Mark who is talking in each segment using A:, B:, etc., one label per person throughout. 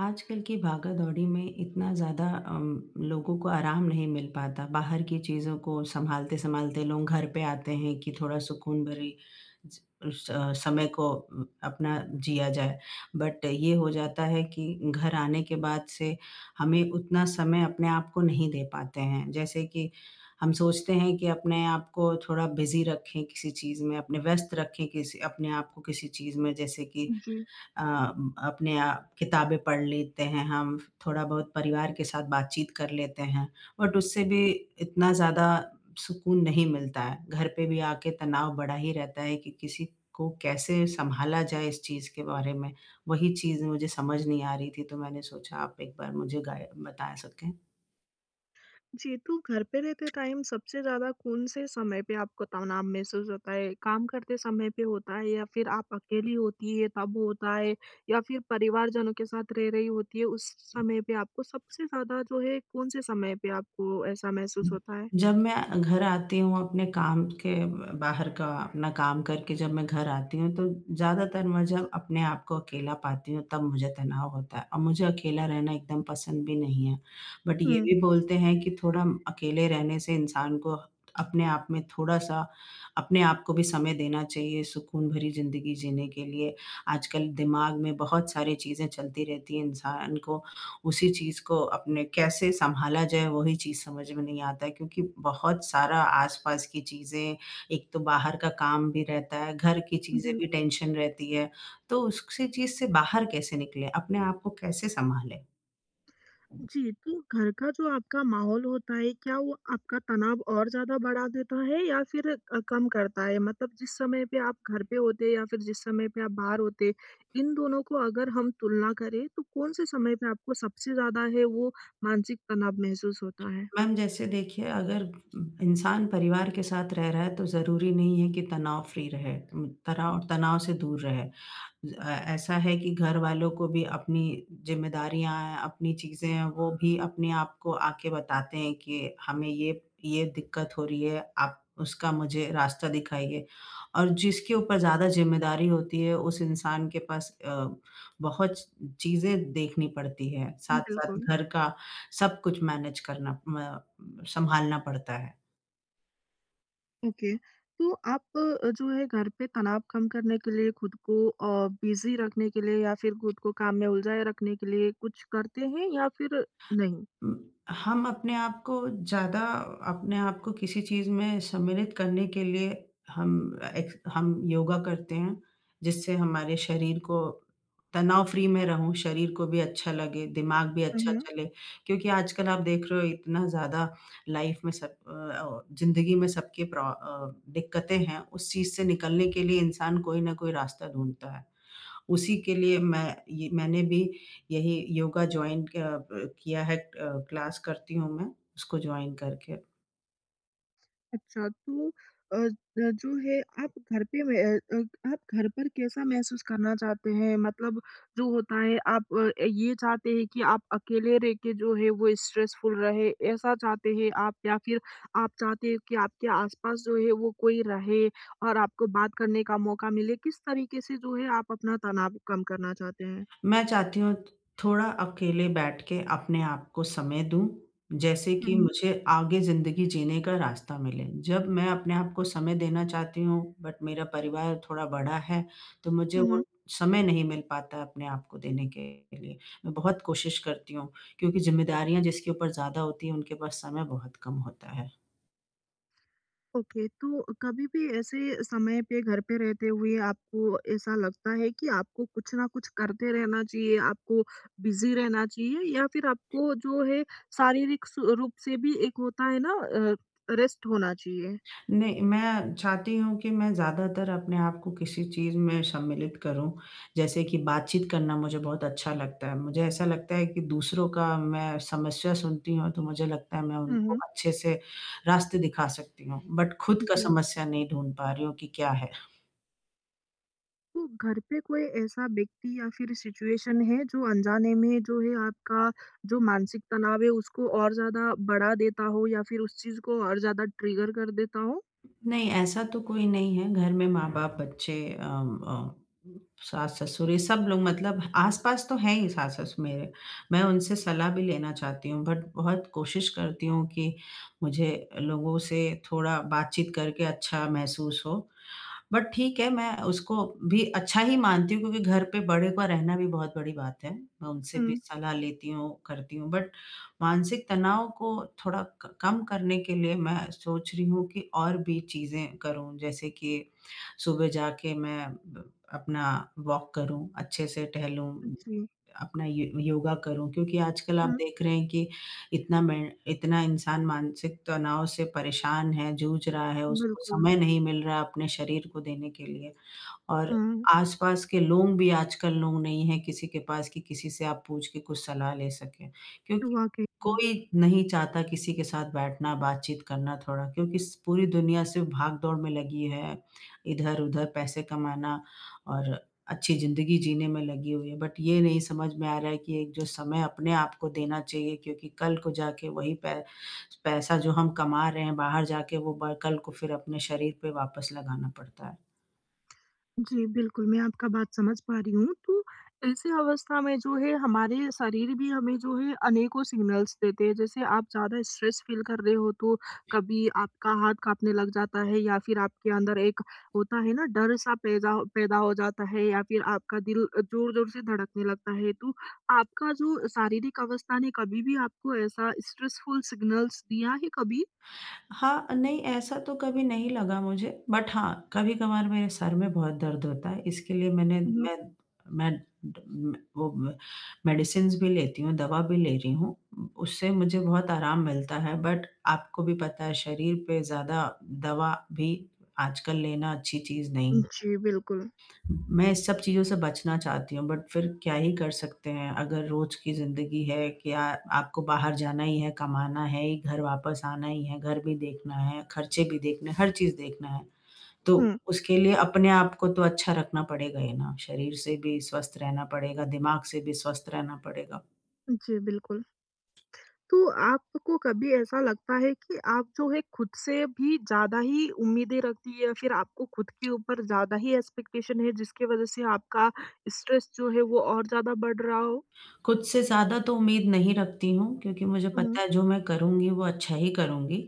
A: आजकल की भागा-दौड़ी में इतना ज़्यादा लोगों को आराम नहीं मिल पाता। बाहर की चीज़ों को सँभालते-सँभालते लोग घर पे आते हैं कि थोड़ा सुकून भरी ज स समय को अपना जिया जाए। बट ये हो जाता है कि घर आने के बाद से हमें उतना समय अपने आप को नहीं दे पाते हैं। जैसे कि हम सोचते हैं कि अपने आप को थोड़ा बिज़ी रखें किसी चीज़ में, अपने व्यस्त रखें किसी अपने आप को किसी चीज़ में जैसे कि
B: जी।
A: अ, अपने आप किताबें पढ़ लेते हैं हम, थोड़ा बहुत परिवार के साथ बातचीत कर लेते हैं, बट उससे भी इतना ज़्यादा सुकून नहीं मिलता है। घर पे भी आके तनाव बढ़ा ही रहता है कि किसी को कैसे सँभाला जाए इस चीज़ के बारे में, वही चीज़ मुझे समझ नहीं आ रही थी, तो मैंने सोचा आप एक बार मुझे गाय बता सकें।
B: जी, तो घर पे रहते टाइम सबसे ज़्यादा कौन से समय पे आपको तनाव महसूस होता है? काम करते समय पे होता है या फिर आप अकेली होती है तब होता है, या फिर परिवारजनों के साथ रह रही होती है उस समय पे आपको सबसे ज़्यादा जो है, कौन से समय पे आपको ऐसा महसूस होता है?
A: जब मैं घर आती हूँ अपने काम के बाहर का अपना काम करके जब मैं घर आती हूँ, तो ज़्यादातर मैं जब अपने आप को अकेला पाती हूँ, तब मुझे तनाव होता है और मुझे अकेला रहना एकदम पसंद भी नहीं है। बट ये
B: हुँ।
A: भी बोलते हैं कि थोड़ा अकेले रहने से इंसान को अपने आप में थोड़ा-सा अपने आप को भी समय देना चाहिए, सुकून भरी ज़िंदगी जीने के लिए। आजकल दिमाग में बहुत सारी चीज़ें चलती रहती हैं, इंसान को उसी चीज़ को अपने कैसे सँभाला जाए वही चीज़ समझ में नहीं आता है क्योंकि बहुत सारा आस-पास की चीज़ें, एक तो बाहर का काम भी रहता है, घर की चीज़ें
B: बिल
A: भी टेंशन रहती है, तो उसी चीज़ से बाहर कैसे निकलें? अपने आप को कैसे सँभालें?
B: जी, तो घर का जो आपका माहौल होता है, क्या वो आपका तनाव और ज़्यादा बढ़ा देता है या फिर कम करता है? मतलब जिस समय पे आप घर पे होते या फिर जिस समय पे आप बाहर होते, इन दोनों को अगर हम तुलना करें, तो कौन-से समय पे आपको सबसे ज़्यादा है वो मानसिक तनाव महसूस होता है?
A: मैम जैसे देखिए अगर इंसान परिवार के साथ रह रहा है तो ज़रूरी नहीं है कि तनाव फ्री रहे, तनाव तनाव से दूर रहे। ऐसा है कि घर वालों को भी अपनी ज़िम्मेदारियाँ हैं, अपनी चीज़ें हैं, वो भी अपने आप को आके बताते हैं कि हमें ये दिक्कत हो रही है, आप उसका मुझे रास्ता दिखाइए। और जिसके ऊपर ज़्यादा ज़िम्मेदारी होती है, उस इंसान के पास बहुत चीज़ें देखनी पड़ती हैं, साथ-साथ
B: बिल्कुल।
A: घर का सब कुछ मैनेज करना म संभालना पड़ता है।
B: ओके। तो आप जो है घर पे तनाव कम करने के लिए खुद को बिज़ी रखने के लिए या फिर खुद को काम में उलझाए रखने के लिए कुछ करते हैं या फिर नहीं?
A: उम, हम अपने आप को ज़्यादा अपने आप को किसी चीज़ में सम्मिलित करने के लिए हम एक हम योगा करते हैं, जिससे हमारे शरीर को तनाव फ्री में रहूँ, शरीर को भी अच्छा लगे, दिमाग भी अच्छा चले। क्योंकि आजकल आप देख रहे हो इतना ज़्यादा लाइफ़ में सब ज़िंदगी में सबके दिक्कतें हैं, उस चीज़ से निकलने के लिए इंसान कोई न कोई रास्ता ढूँढता है। उसी के लिए मैं ये मैंने भी यही योगा किया है क्लास करती हूँ मैं, उसको जॉइन करके।
B: अच्छा, तो अ अ, जो है आप घर पे में अ अ, आप घर पर कैसा महसूस करना चाहते हैं? मतलब जो होता है आप ये चाहते हैं कि आप अकेले रह के जो है वो स्ट्रेसफुल रहे, ऐसा चाहते हैं आप? या फिर आप चाहते हैं कि आपके आस-पास जो है वो कोई रहे और आपको बात करने का मौका मिले? किस तरीके से जो है आप अपना तनाव कम करना चाहते हैं?
A: मैं चाहती हूँ थोड़ा अकेले बैठ के अपने आप को समय दूँ, जैसे
B: हुँ,
A: कि
B: हुँ।
A: मुझे आगे ज़िंदगी जीने का रास्ता मिले। जब मैं अपने आप को समय देना चाहती हूँ, बट मेरा परिवार थोड़ा बड़ा है, तो मुझे
B: हुँ, हुँ।
A: वो समय नहीं मिल पाता है अपने आप को देने के लिए। मैं बहुत कोशिश करती हूँ, क्योंकि ज़िम्मेदारियाँ जिसके ऊपर ज़्यादा होती हैं, उनके पास समय बहुत कम होता है।
B: ओके, तो कभी भी ऐसे समय पे घर पे रहते हुए आपको ऐसा लगता है कि आपको कुछ ना कुछ करते रहना चाहिए, आपको बिज़ी रहना चाहिए, या फिर आपको जो है शारीरिक सु रूप से भी एक होता है ना अ, रेस्ट होना चाहिए?
A: नहीं, मैं चाहती हूँ कि मैं ज़्यादातर अपने आप को किसी चीज़ में सम्मिलित करूँ। जैसे कि बातचीत करना मुझे बहुत अच्छा लगता है। मुझे ऐसा लगता है कि दूसरों का मैं समस्या सुनती हूँ तो मुझे लगता है मैं
B: हुँ,
A: उनको
B: हुँ।
A: अच्छे से रास्ते दिखा सकती हूँ। बट खुद का
B: जी,
A: समस्या नहीं ढूँढ पा रही हूँ कि क्या है।
B: तो घर पे कोई ऐसा व्यक्ति या फिर सिचुएशन है जो अनजाने में जो है आपका जो मानसिक तनाव है उसको और ज़्यादा बढ़ा देता हो या फिर उस चीज़ को और ज़्यादा ट्रिगर कर देता हो?
A: नहीं, ऐसा तो कोई नहीं है। घर में माँ-बाप, बच्चे अम, अ, सास-ससुर ये सब लोग मतलब आस-पास तो हैं ही सास-ससुर मेरे। मैं उनसे सलाह भी लेना चाहती हूँ बट बहुत कोशिश करती हूँ कि मुझे लोगों से थोड़ा बातचीत करके अच्छा महसूस हो। बट ठीक है, मैं उसको भी अच्छा ही मानती हूँ क्योंकि घर पे बड़े का रहना भी बहुत बड़ी बात है। मैं उनसे
B: हुँ।
A: भी सलाह लेती हूँ, करती हूँ बट मानसिक तनाव को थोड़ा क कम करने के लिए मैं सोच रही हूँ कि और भी चीज़ें करूँ, जैसे कि सुबह जाके मैं ब अपना वॉक करूँ, अच्छे से टहलूँ,
B: जी।
A: अपना य योगा करूँ क्योंकि आजकल आप
B: हुँ।
A: देख रहे हैं कि इतना इंसान मानसिक तनाव से परेशान है, जूझ रहा है, उसको
B: बिल्कुल।
A: समय नहीं मिल रहा है अपने शरीर को देने के लिए। और
B: हाँ।
A: आस-पास के लोग भी आजकल लोग नहीं हैं किसी के पास कि किसी से आप पूछ के कुछ सलाह ले सकें। क्योंकि
B: वाक़ई में।
A: कोई नहीं चाहता किसी के साथ बैठना, बातचीत करना थोड़ा क्योंकि स पूरी दुनिया सिर्फ़ भाग-दौड़ में लगी है, इधर-उधर पैसे कमाना और अच्छी ज़िंदगी जीने में लगी हुई है। बट ये नहीं समझ में आ रहा है कि एक जो समय अपने आप को देना चाहिए क्योंकि कल को जाके वही पै पैसा जो हम कमा रहे हैं बाहर जाके वो ब कल को फिर अपने शरीर पे वापस लगाना पड़ता है।
B: जी, बिल्कुल, मैं आपका बात समझ पा रही हूँ। तो ऐसी अवस्था में जो है, हमारे शरीर भी हमें जो है अनेकों सिग्नल्स देते हैं। जैसे आप ज़्यादा स्ट्रेस फ़ील कर रहे हो तो कभी आपका हाथ काँपने लग जाता है, या फिर आपके अंदर एक होता है ना डर सा पैदा पैदा हो जाता है, या फिर आपका दिल ज़ोर-ज़ोर से धड़कने लगता है। तो आपका जो शारीरिक अवस्था ने कभी भी आपको ऐसा स्ट्रेसफुल सिग्नल्स दिया है कभी?
A: हाँ, नहीं ऐसा तो कभी नहीं लगा मुझे, बट हाँ, कभी-कभार मेरे सर में बहुत दर्द होता है, इसके लिए मैंने
B: हुँ, हुँ।
A: मैं ड म वो म मेडिसिन्स भी लेती हूँ, दवा भी ले रही हूँ। उससे मुझे बहुत आराम मिलता है, बट आपको भी पता है शरीर पे ज़्यादा दवा भी आजकल लेना अच्छी चीज़ नहीं है।
B: जी, बिल्कुल।
A: मैं इस सब चीज़ों से बचना चाहती हूँ, बट फिर क्या ही कर सकते हैं? अगर रोज़ की ज़िंदगी है कि आ आपको बाहर जाना ही है, कमाना है ही, घर वापस आना ही है, घर भी देखना है, खर्चे भी देखने हैं, हर चीज़ देखना है। तो
B: हुँ,
A: उसके लिए अपने आप को तो अच्छा रखना पड़ेगा ही ना, शरीर से भी स्वस्थ रहना पड़ेगा, दिमाग से भी स्वस्थ रहना पड़ेगा।
B: जी, बिल्कुल। तो आपको कभी ऐसा लगता है कि आप जो है खुद से भी ज़्यादा ही उम्मीदें रखती है, या फिर आपको खुद के ऊपर ज़्यादा ही एक्सपेक्टेशन है जिसकी वजह से आपका स्ट्रेस जो है वो और ज़्यादा बढ़ रहा हो?
A: खुद से ज़्यादा तो उम्मीद नहीं रखती हूँ क्योंकि मुझे
B: हुँ।
A: पता है जो मैं करूँगी वो अच्छा ही करूँगी।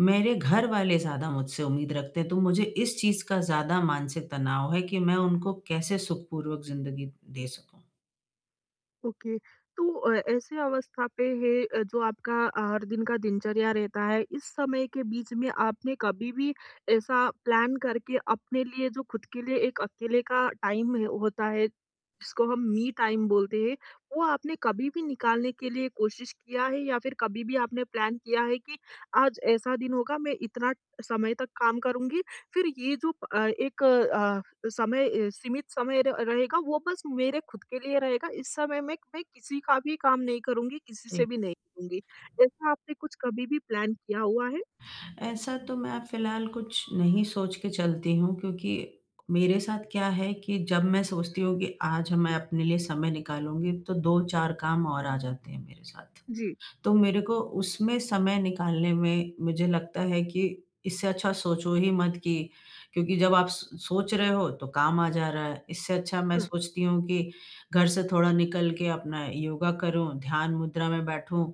A: मेरे घर वाले ज़्यादा मुझसे उम्मीद रखते हैं, तो मुझे इस चीज़ का ज़्यादा मानसिक तनाव है कि मैं उनको कैसे सुखपूर्वक ज़िंदगी दे सकूँ।
B: ओके। तो ऐसे अवस्था पे है जो आपका हर दिन का दिनचर्या रहता है, इस समय के बीच में आपने कभी भी ऐसा प्लान करके अपने लिए, जो खुद के लिए एक अकेले का टाइम है होता है, जिसको हम मी टाइम बोलते हैं, वो आपने कभी भी निकालने के लिए कोशिश किया है? या फिर कभी भी आपने प्लान किया है कि आज ऐसा दिन होगा मैं इतना समय तक काम करूँगी, फिर ये जो एक समय सीमित समय र रहेगा वो बस मेरे खुद के लिए रहेगा? इस समय में मैं किसी का भी काम नहीं करूँगी, किसी से
A: जी।
B: भी नहीं लूँगी। ऐसा आपने कुछ कभी भी प्लान किया हुआ है?
A: ऐसा तो मैं फ़िलहाल कुछ नहीं सोच के चलती हूँ क्योंकि मेरे साथ क्या है कि जब मैं सोचती हूँ कि आज मैं अपने लिए समय निकालूँगी, तो 2-4 काम और आ जाते हैं मेरे साथ।
B: जी।
A: तो मेरे को उसमें समय निकालने में मुझे लगता है कि इससे अच्छा सोचो ही मत कि क्योंकि जब आप स सोच रहे हो तो काम आ जा रहा है। इससे अच्छा मैं
B: हुँ,
A: सोचती हूँ कि घर से थोड़ा निकल के अपना योगा करूँ, ध्यान मुद्रा में बैठूँ,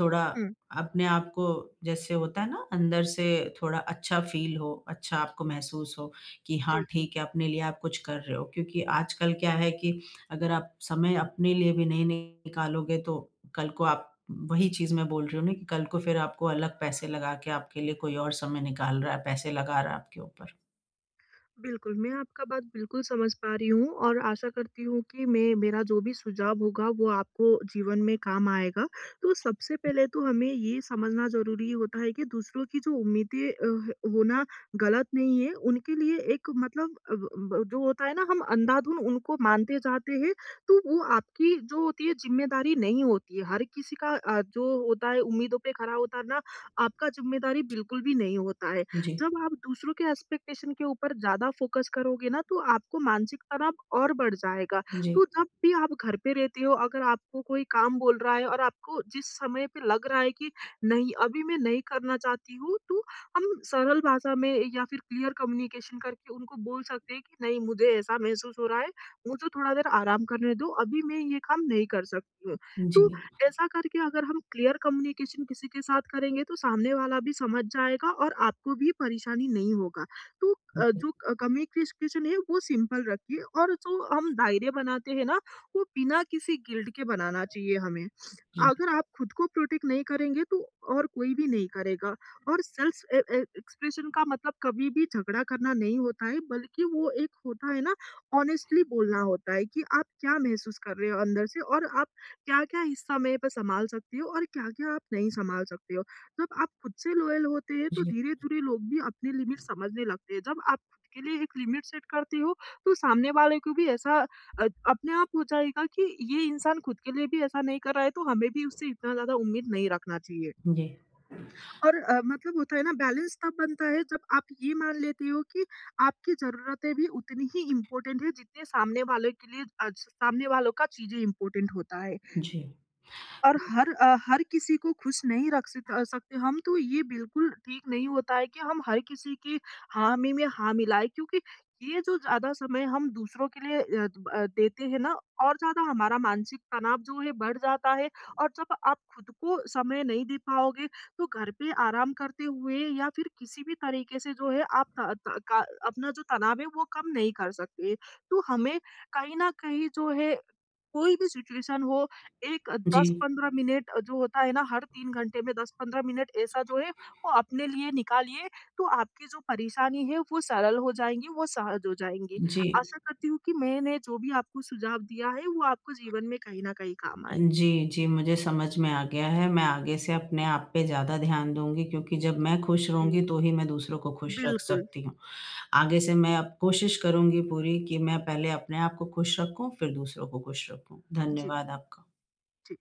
A: थोड़ा
B: हुँ,
A: अपने आप को जैसे होता है ना अंदर से थोड़ा अच्छा फ़ील हो, अच्छा आपको महसूस हो कि
B: जी।
A: हाँ ठीक है, अपने लिए आप कुछ कर रहे हो। क्योंकि आजकल क्या है कि अगर आप समय अपने लिए भी नहीं निकालोगे तो कल को आप वही चीज़ मैं बोल रही हूँ ना कि कल को फिर आपको अलग पैसे लगा के आपके लिए कोई और समय निकाल रहा है, पैसे लगा रहा है आपके ऊपर।
B: बिल्कुल, मैं आपका बात बिल्कुल समझ पा रही हूँ और आशा करती हूँ कि मैं, मेरा जो भी सुझाव होगा वो आपको जीवन में काम आएगा। तो सबसे पहले तो हमें ये समझना ज़रूरी होता है कि दूसरों की जो उम्मीदें होना गलत नहीं है, उनके लिए एक मतलब अ, ब जो होता है ना, हम अंधाधुन उनको मानते जाते हैं, तो वो आपकी जो होती है ज़िम्मेदारी नहीं होती है। हर किसी का जो होता है उम्मीदों पे खरा उतरना आपका ज़िम्मेदारी बिल्कुल भी नहीं होता है।
A: जी,
B: जब आप दूसरों के एक्सपेक्टेशन के ऊपर ज़्यादा फ़ोकस करोगे ना, तो आपको मानसिक तनाव और बढ़ जाएगा।
A: जी,
B: तो जब भी आप घर पे रहते हो, अगर आपको कोई काम बोल रहा है और आपको जिस समय पे लग रहा है कि नहीं, अभी मैं नहीं करना चाहती हूँ, तो हम सरल भाषा में या फिर क्लियर कम्युनिकेशन करके उनको बोल सकते हैं कि नहीं, मुझे ऐसा महसूस हो रहा है, मुझे थोड़ा देर आराम करने दो, अभी मैं ये काम नहीं कर सकती हूँ। तो
A: जी,
B: ऐसा करके अगर हम क्लियर कम्युनिकेशन किसी के साथ करेंगे, तो सामने वाला भी समझ जाएगा और आपको भी परेशानी नहीं होगा। तो
A: जी,
B: जो क कम्युनिकेशन है वो सिंपल रखिए, और जो हम दायरे बनाते हैं ना, वो बिना किसी गिल्ट के बनाना चाहिए हमें।
A: जी, जी,
B: अगर आप खुद को प्रोटेक्ट नहीं करेंगे, तो और कोई भी नहीं करेगा। और सेल्फ ए ए एक्सप्रेशन का मतलब कभी भी झगड़ा करना नहीं होता है, बल्कि वो एक होता है ना, ऑनेस्टली बोलना होता है कि आप क्या महसूस कर रहे हो अंदर से, और आप क्या-क्या हिस्सा मैं ब सँभाल सकती हूँ और क्या-क्या आप नहीं सँभाल सकती हो। जब आप खुद से लॉयल होते हैं तो
A: जी,
B: धीरे-धीरे लोग भी अपनी लिमिट समझने लगते हैं। जब आप खुद के लिए एक लिमिट सेट करते हो तो सामने वाले को भी ऐसा अपने आप हो जाएगा कि ये इंसान खुद के लिए भी ऐसा नहीं कर रहा है, तो हमें भी उससे इतना ज़्यादा उम्मीद नहीं रखना चाहिए।
A: जी।
B: और मतलब होता है ना, बैलेंस तब बनता है जब आप ये मान लेते हो कि आपकी ज़रूरतें भी उतनी ही इम्पोर्टेंट है जितने सामने वाले के लिए सामने वालों का चीज़ें इम्पोर्टेंट होता है। और हर किसी को खुश नहीं रख सकते हम, तो ये बिल्कुल ठीक नहीं होता है कि हम हर किसी की हामी में हाँ मिलाएँ, क्योंकि ये जो ज़्यादा समय हम दूसरों के लिए देते हैं ना, और ज़्यादा हमारा मानसिक तनाव जो है बढ़ जाता है। और जब आप खुद को समय नहीं दे पाओगे, तो घर पे आराम करते हुए या फिर किसी भी तरीके से जो है आप त त का अपना जो तनाव है वो कम नहीं कर सकते। तो हमें कहीं न कहीं जो है, कोई भी सिचुएशन हो, एक
A: जी,
B: 10-15 मिनट जो होता है ना, हर 3 घंटे में 10-15 मिनट ऐसा जो है वो अपने लिए निकालिए, तो आपकी जो परेशानी है वो सरल हो जाएँगी, वो सहज हो जाएँगी।
A: जी,
B: आशा करती हूँ कि मैंने जो भी आपको सुझाव दिया है वो आपको जीवन में कहीं न कहीं काम आए।
A: जी, जी, मुझे समझ में आ गया है। मैं आगे से अपने आप पे ज़्यादा ध्यान दूँगी क्योंकि जब मैं खुश
B: जी,
A: रहूँगी तो ही मैं दूसरों को खुश रख
B: बिल्कुल।
A: सकती हूँ। आगे से मैं अब कोशिश करूँगी पूरी कि मैं पहले अपने आप को खुश रखूँ, फिर दूसरों को खुश रखूँ।
B: जी,
A: धन्यवाद आपका।
B: जी।